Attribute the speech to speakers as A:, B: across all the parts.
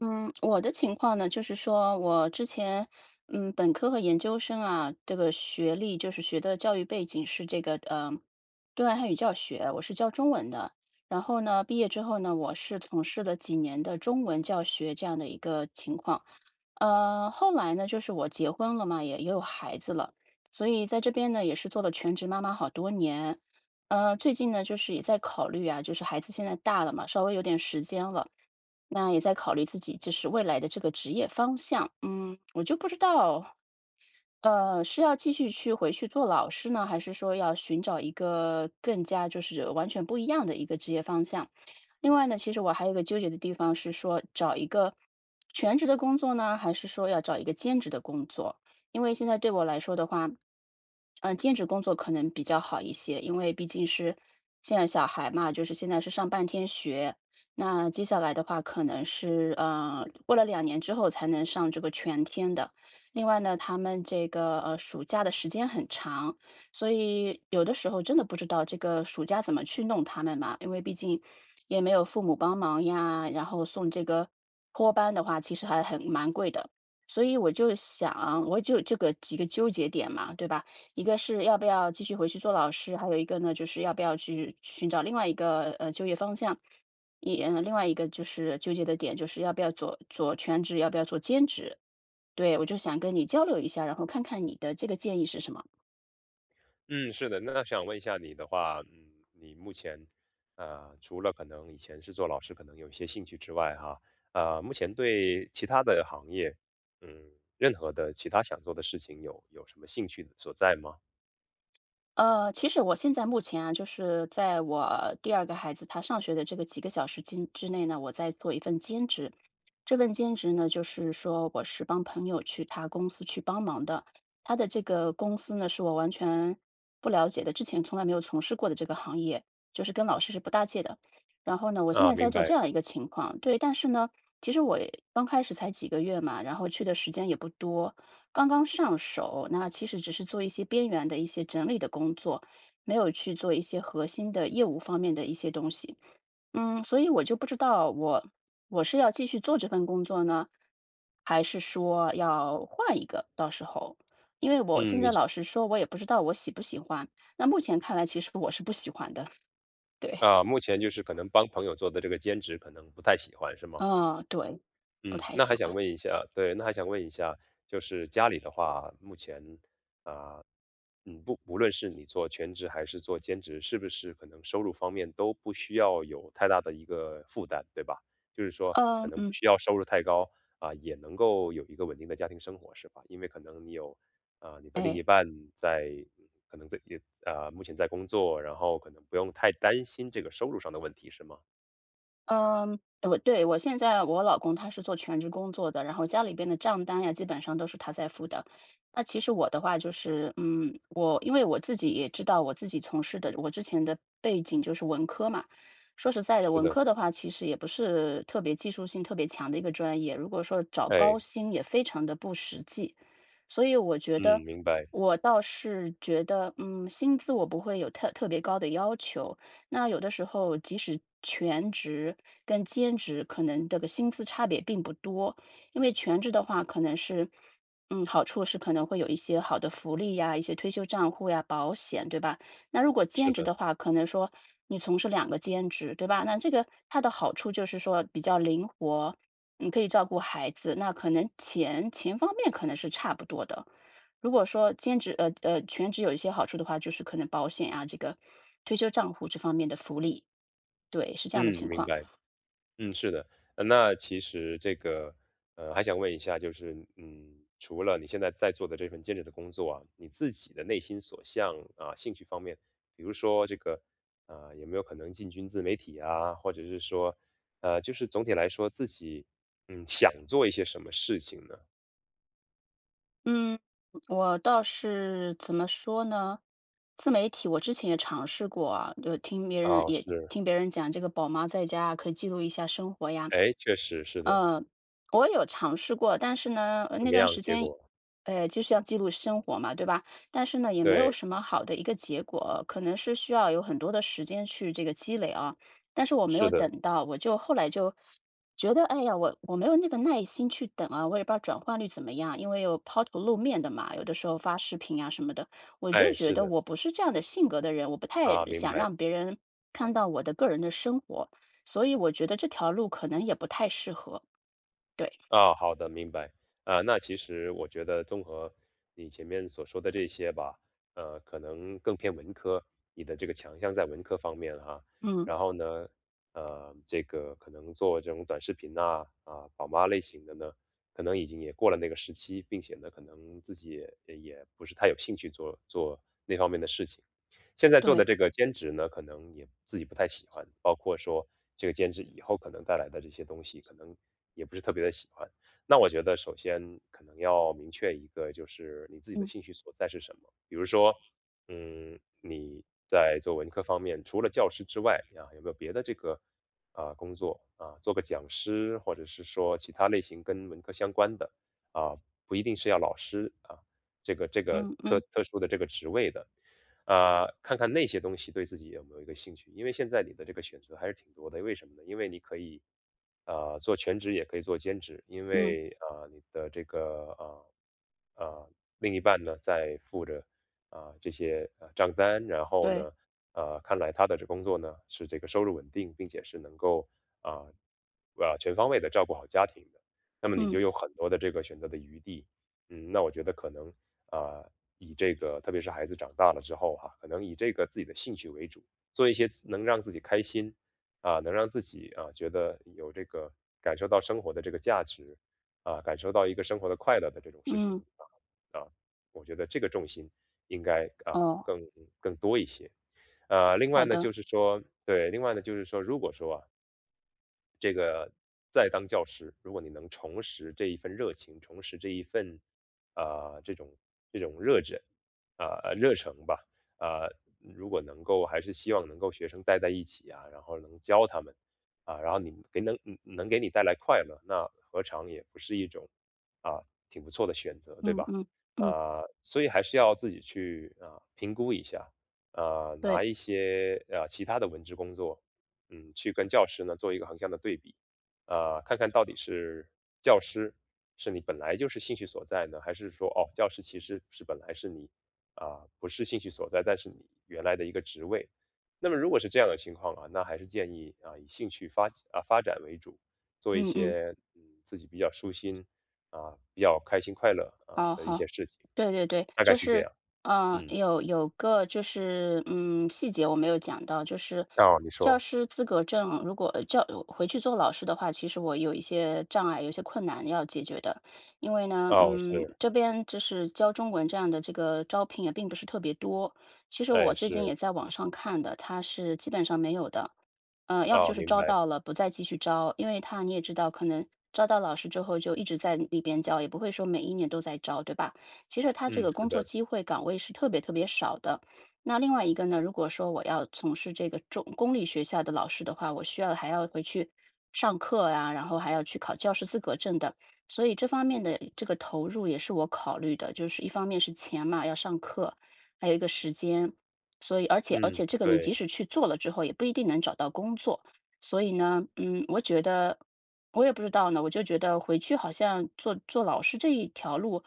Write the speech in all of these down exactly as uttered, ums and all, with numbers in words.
A: 嗯，我的情况呢，就是说我之前，嗯，本科和研究生啊，这个学历就是学的教育背景是这个，呃，对外汉语教学，我是教中文的。然后呢，毕业之后呢，我是从事了几年的中文教学这样的一个情况。呃，后来呢，就是我结婚了嘛，也也有孩子了，所以在这边呢，也是做了全职妈妈好多年。呃，最近呢，就是也在考虑啊，就是孩子现在大了嘛，稍微有点时间了。那也在考虑自己就是未来的这个职业方向。嗯，我就不知道呃，是要继续去回去做老师呢，还是说要寻找一个更加就是完全不一样的一个职业方向？另外呢，其实我还有一个纠结的地方是说，找一个全职的工作呢，还是说要找一个兼职的工作？因为现在对我来说的话，嗯、兼职工作可能比较好一些，因为毕竟是现在小孩嘛，就是现在是上半天学，那接下来的话可能是呃，过了两年之后才能上这个全天的。另外呢，他们这个呃暑假的时间很长，所以有的时候真的不知道这个暑假怎么去弄他们嘛，因为毕竟也没有父母帮忙呀，然后送这个托班的话，其实还很蛮贵的。所以我就想，我就这个几个纠结点嘛，对吧？一个是要不要继续回去做老师，还有一个呢，就是要不要去寻找另外一个呃就业方向。一嗯，另外一个就是纠结的点，就是要不要做做全职，要不要做兼职。对，我就想跟你交流一下，然后看看你的这个建议是什么。
B: 嗯，是的。那想问一下你的话，嗯，你目前，呃，除了可能以前是做老师，可能有一些兴趣之外，哈，呃，目前对其他的行业，嗯，任何的其他想做的事情有有什么兴趣所在吗？
A: 呃，其实我现在目前啊，就是在我第二个孩子他上学的这个几个小时之之内呢，我在做一份兼职。这份兼职呢，就是说我是帮朋友去他公司去帮忙的。他的这个公司呢，是我完全不了解的，之前从来没有从事过的这个行业，就是跟老师是不搭界的。然后呢，我现
B: 啊，
A: 在在
B: 明
A: 做
B: 白。
A: 这样一个情况，对，但是呢，其实我也刚开始才几个月嘛，然后去的时间也不多。刚刚上手，那其实只是做一些边缘的一些整理的工作，没有去做一些核心的业务方面的一些东西。嗯，所以我就不知道我我是要继续做这份工作呢，还是说要换一个？到时候，因为我现
B: 嗯，你
A: 在老实说，我也不知道我喜不喜欢。那目前看来，其实我是不喜欢的。对，
B: 啊，目前就是可能帮朋友做的这个兼职，可能不太喜欢，是吗？
A: 嗯，对，不
B: 嗯，
A: 太
B: 那
A: 喜
B: 还想
A: 欢。
B: 问一下对，那还想问一下，就是家里的话，目前，啊，嗯，不无论是你做全职还是做兼职，是不是可能收入方面都不需要有太大的一个负担，对吧？就是说可
A: 嗯
B: 能不
A: 嗯，
B: 需要收入太高，啊，也能够有一个稳定的家庭生活，是吧？因为可能你有，啊，你的另
A: 哎。
B: 一半在嗯可能在也啊，目前在工作，然后可能不用太担心这个收入上的问题，是吗？
A: 嗯，我对，我现在我老公他是做全职工作的，然后家里边的账单呀，基本上都是他在付的。那其实我的话就是，嗯，我因为我自己也知道我自己从事的，我之前的背景就是文科嘛。说实在的，
B: 是
A: 文
B: 的，
A: 科的话其实也不是特别技术性特别强的一个专业，如果说找高
B: 哎，
A: 薪也非常的不实际。所以我觉得，
B: 嗯，明白，
A: 我倒是觉得，嗯，薪资我不会有特特别高的要求。那有的时候，即使全职跟兼职可能这个薪资差别并不多，因为全职的话可能是，嗯，好处是可能会有一些好的福利呀，一些退休账户呀、保险，对吧？那如果兼
B: 是
A: 职
B: 的。
A: 的话，可能说你从事两个兼职，对吧？那这个它的好处就是说比较灵活，你可以照顾孩子，那可能钱钱方面可能是差不多的，如果说兼职呃呃全职有一些好处的话，就是可能保险啊，这个退休账户这方面的福利，对，是这样的
B: 嗯，
A: 情
B: 明
A: 况。
B: 白。嗯，是的。呃那其实这个，呃，还想问一下，就是，嗯，除了你现在在做的这份兼职的工作啊，你自己的内心所向啊，兴趣方面，比如说这个，啊，有没有可能进军自媒体啊，或者是说，呃，就是总体来说自己，嗯，想做一些什么事情呢？
A: 嗯，我倒是怎么说呢？自媒体我之前也尝试过啊，就听别人
B: 哦，
A: 也
B: 是，
A: 听别人讲这个宝妈在家啊可以记录一下生活呀，
B: 哎，确实是的，
A: 呃，我有尝试过，但是呢，呃
B: 怎
A: 那
B: 么
A: 段
B: 样？
A: 时
B: 结
A: 间，
B: 果，
A: 呃，就是要记录生活嘛，对吧？但是呢，也没有
B: 对，
A: 什么好的一个结果，可能是需要有很多的时间去这个积累啊。但是我没
B: 是
A: 有
B: 的，
A: 等到，我就后来就觉得，哎呀，我我没有那个耐心去等啊，我也不知道转换率怎么样，因为有抛头露面的嘛，有的时候发视频啊什么的，我就
B: 哎，
A: 觉
B: 是
A: 得
B: 的，
A: 我不是这样的性格的人，我不太
B: 啊，明
A: 想
B: 白。
A: 让别人看到我的个人的生活。所以我觉得这条路可能也不太适合。对，
B: 啊，好的，明白。啊，那其实我觉得综合你前面所说的这些吧，呃，可能更偏文科，你的这个强项在文科方面哈。
A: 嗯，
B: 然后呢，呃，这个可能做这种短视频呐、啊，宝妈类型的呢，可能已经也过了那个时期，并且呢，可能自己也也不是太有兴趣做做那方面的事情。现在做的
A: 对，
B: 这个兼职呢，可能也自己不太喜欢，包括说这个兼职以后可能带来的这些东西，可能也不是特别的喜欢。那我觉得首先可能要明确一个，就是你自己的
A: 嗯
B: 兴趣所在是什么。比如说，嗯，你在做文科方面，除了教师之外啊，有没有别的这个啊、工作啊，做个讲师，或者是说其他类型跟文科相关的啊，不一定是要老师啊，这个这个
A: 嗯
B: 特
A: 嗯
B: 特殊的这个职位的。啊，看看那些东西对自己有没有一个兴趣。因为现在你的这个选择还是挺多的，为什么呢？因为你可以，呃，做全职也可以做兼职，因
A: 嗯，
B: 为啊，你的这个啊呃另一半呢在付着啊、这些呃账单，然后
A: 对，
B: 呢呃看来他的这工作呢是这个收入稳定，并且是能够啊呃全方位的照顾好家庭的，那么你
A: 嗯
B: 就有很多的这个选择的余地。嗯，那我觉得可能啊，以这个特别是孩子长大了之后哈，可能以这个自己的兴趣为主，做一些自能让自己开心啊，能让自己啊觉得有这个感受到生活的这个价值啊，感受到一个生活的快乐的这种事情
A: 嗯，
B: 啊啊，我觉得这个重心应该啊
A: 哦，
B: 更更多一些。呃，另
A: 好
B: 外呢，
A: 的，
B: 就是说，对，另外呢，就是说，如果说啊，这个在当教师，如果你能重拾这一份热情，重拾这一份啊、呃这种这种热忱啊、呃热诚吧啊、如果能够还是希望能够学生待在一起啊，然后能教他们啊，然后你给能能给你带来快乐，那何尝也不是一种啊挺不错的选择，对
A: 嗯
B: 吧？
A: 嗯嗯，
B: 啊、所以还是要自己去啊、评估一下，啊、拿
A: 对，
B: 一些呃、其他的文职工作嗯，去跟教师呢做一个横向的对比，啊，看看到底是教师是你本来就是兴趣所在呢，还是说哦，教师其实是本来是你啊、不是兴趣所在，但是你原来的一个职位。那么如果是这样的情况啊，那还是建议啊以兴趣发啊发展为主，做一
A: 嗯嗯。
B: 些嗯自己比较舒心啊、比较开心快乐啊
A: 哦，
B: 的一些
A: 好，
B: 事情，
A: 对对对，
B: 大概
A: 就
B: 是这
A: 是，
B: 样。
A: 嗯、
B: 嗯，
A: 有有个就是，嗯，细节我没有讲到，就是
B: 哦，你
A: 教
B: 说，
A: 师资格证，如果教呃回去做老师的话，其实我有一些障碍，有一些困难要解决的，因为呢，
B: 哦，
A: 嗯，
B: 是，
A: 这边就是教中文这样的这个招聘也并不是特别多，其实我
B: 哎，
A: 最近
B: 是，
A: 也在网上看的，它是基本上没有的，呃，要不就
B: 哦，
A: 是
B: 明
A: 招
B: 白，
A: 到了，不再继续招，因为他你也知道，可能招到老师之后就一直在那边教，也不会说每一年都在招，对吧？其实他这
B: 嗯，
A: 个
B: 是
A: 工作
B: 的。
A: 机会岗位是特别特别少的。那另外一个呢，如果说我要从事这个中公立学校的老师的话，我需要还要回去上课呀、然后还要去考教师资格证的，所以这方面的这个投入也是我考虑的，就是一方面是钱嘛，要上课，还有一个时间。所以，而且而且
B: 嗯，
A: 这个你
B: 对，
A: 即使去做了之后，也不一定能找到工作。所以呢，嗯，我觉得我也不知道呢，我就觉得回去好像做做老师这一条路，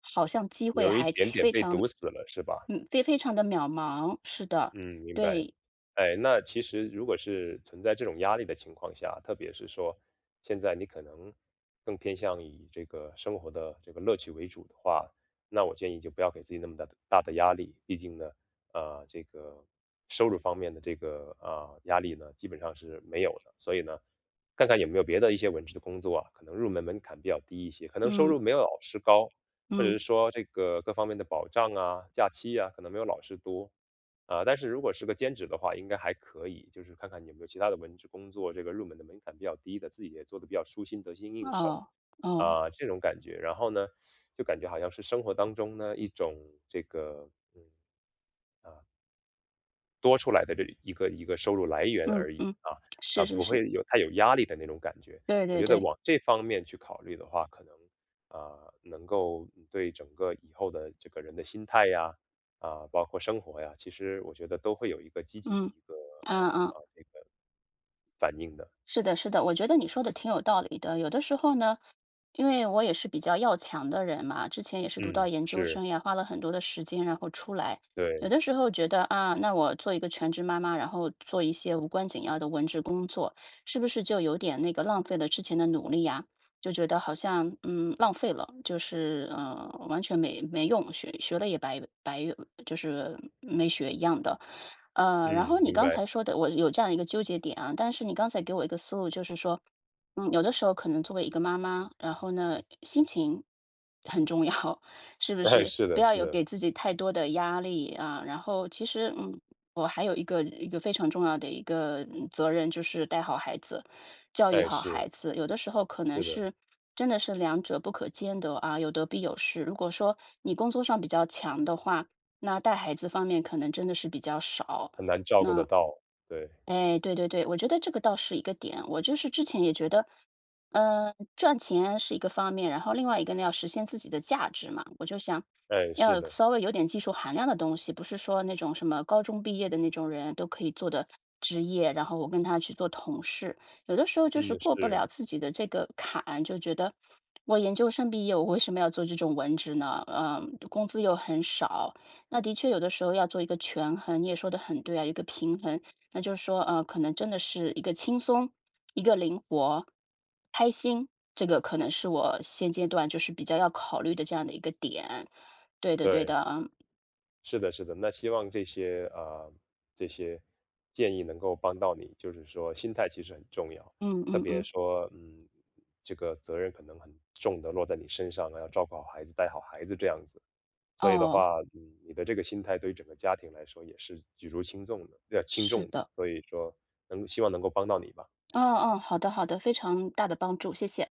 A: 好像机会
B: 有一
A: 还
B: 点
A: 挺
B: 点
A: 非
B: 被
A: 常，
B: 堵死了，是吧？
A: 嗯，非非常的渺茫。是的，
B: 嗯，明白。
A: 对，
B: 哎，那其实如果是存在这种压力的情况下，特别是说现在你可能更偏向以这个生活的这个乐趣为主的话，那我建议就不要给自己那么大的大的压力。毕竟呢，啊、这个收入方面的这个啊、压力呢，基本上是没有的。所以呢，看看有没有别的一些文职的工作啊，可能入门门槛比较低一些，可能收
A: 嗯
B: 入没有老师高，或者
A: 嗯，
B: 是说这个各方面的保障啊、假期啊，可能没有老师多。啊，但是如果是个兼职的话，应该还可以，就是看看你有没有其他的文职工作，这个入门的门槛比较低的，自己也做的比较舒心、得心应手
A: 哦哦，
B: 啊，这种感觉。然后呢，就感觉好像是生活当中呢一种这个多出来的这一个一个收入来源
A: 嗯
B: 而已
A: 嗯，
B: 啊，
A: 是
B: 呃，
A: 是
B: 不
A: 是，
B: 会有太有压力的那种感觉。
A: 对
B: 我
A: 对
B: 觉得
A: 对，
B: 往这方面去考虑的话，可能啊，能够嗯对整个以后的这个人的心态呀，啊，包括生活呀，其实我觉得都会有一个积极的
A: 嗯
B: 一个啊
A: 嗯
B: 啊
A: 嗯。
B: 这个，
A: 是的，是的，我觉得你说的挺有道理的。有的时候呢，因为我也是比较要强的人嘛，之前也是读到
B: 嗯，
A: 研究
B: 是，
A: 生呀，花了很多的时间，然后出来。有
B: 对，
A: 的时候觉得啊，那我做一个全职妈妈，然后做一些无关紧要的文职工作，是不是就有点那个浪费了之前的努力呀？就觉得好像嗯浪费了，就是嗯、呃完全没没用，学学了也白白，就是没学一样的。呃，然后
B: 嗯，
A: 你
B: 明
A: 刚
B: 白，
A: 才说的，我有这样一个纠结点啊，但是你刚才给我一个思路，就是说，嗯，有的时候可能作为一个妈妈，然后呢，心情很重要，是 不
B: 哎，
A: 是？
B: 是
A: 不
B: 的，
A: 要
B: 是
A: 有
B: 的，
A: 给自己太多的压力啊。然后其实，嗯，我还有一个一个非常重要的一个嗯责任，就是带好孩子，教育
B: 哎，
A: 好
B: 是，
A: 孩子。有的时候可能
B: 是的，
A: 是。真的是两者不可兼得啊，有得必有失。如果说你工作上比较强的话，那带孩子方面可能真的是比较少，
B: 很难照顾得
A: 那
B: 到，对，
A: 哎，对对对，我觉得这个倒是一个点。我就是之前也觉得，嗯，赚钱是一个方面，然后另外一个呢，要实现自己的价值嘛。我就想
B: 哎，是
A: 要
B: 的，
A: 稍微有点技术含量的东西，不是说那种什么高中毕业的那种人都可以做的职业，然后我跟他去做同事，有的时候就
B: 嗯，
A: 是过不
B: 是，
A: 了自己的这个坎，就觉得我研究生毕业，我为什么要做这种文职呢？嗯，工资又很少，那的确有的时候要做一个权衡，你也说的很对啊，一个平衡。那就是说，呃，可能真的是一个轻松，一个灵活，开心，这个可能是我现阶段就是比较要考虑的这样的一个点。对的，对
B: 对。
A: 的，嗯
B: 是的，是的，那希望这些啊呃这些建议能够帮到你，就是说心态其实很重要，
A: 嗯
B: 特
A: 嗯
B: 别
A: 嗯
B: 说嗯，这个责任可能很重的落在你身上，了，要照顾好孩子，带好孩子这样子，所以的
A: 哦，
B: 话，嗯，你的这个心态对于整个家庭来说也是举足轻重的，要轻重
A: 是
B: 的，
A: 的，
B: 所以说能希望能够帮到你吧。
A: 嗯嗯，好的好的，非常大的帮助，谢谢。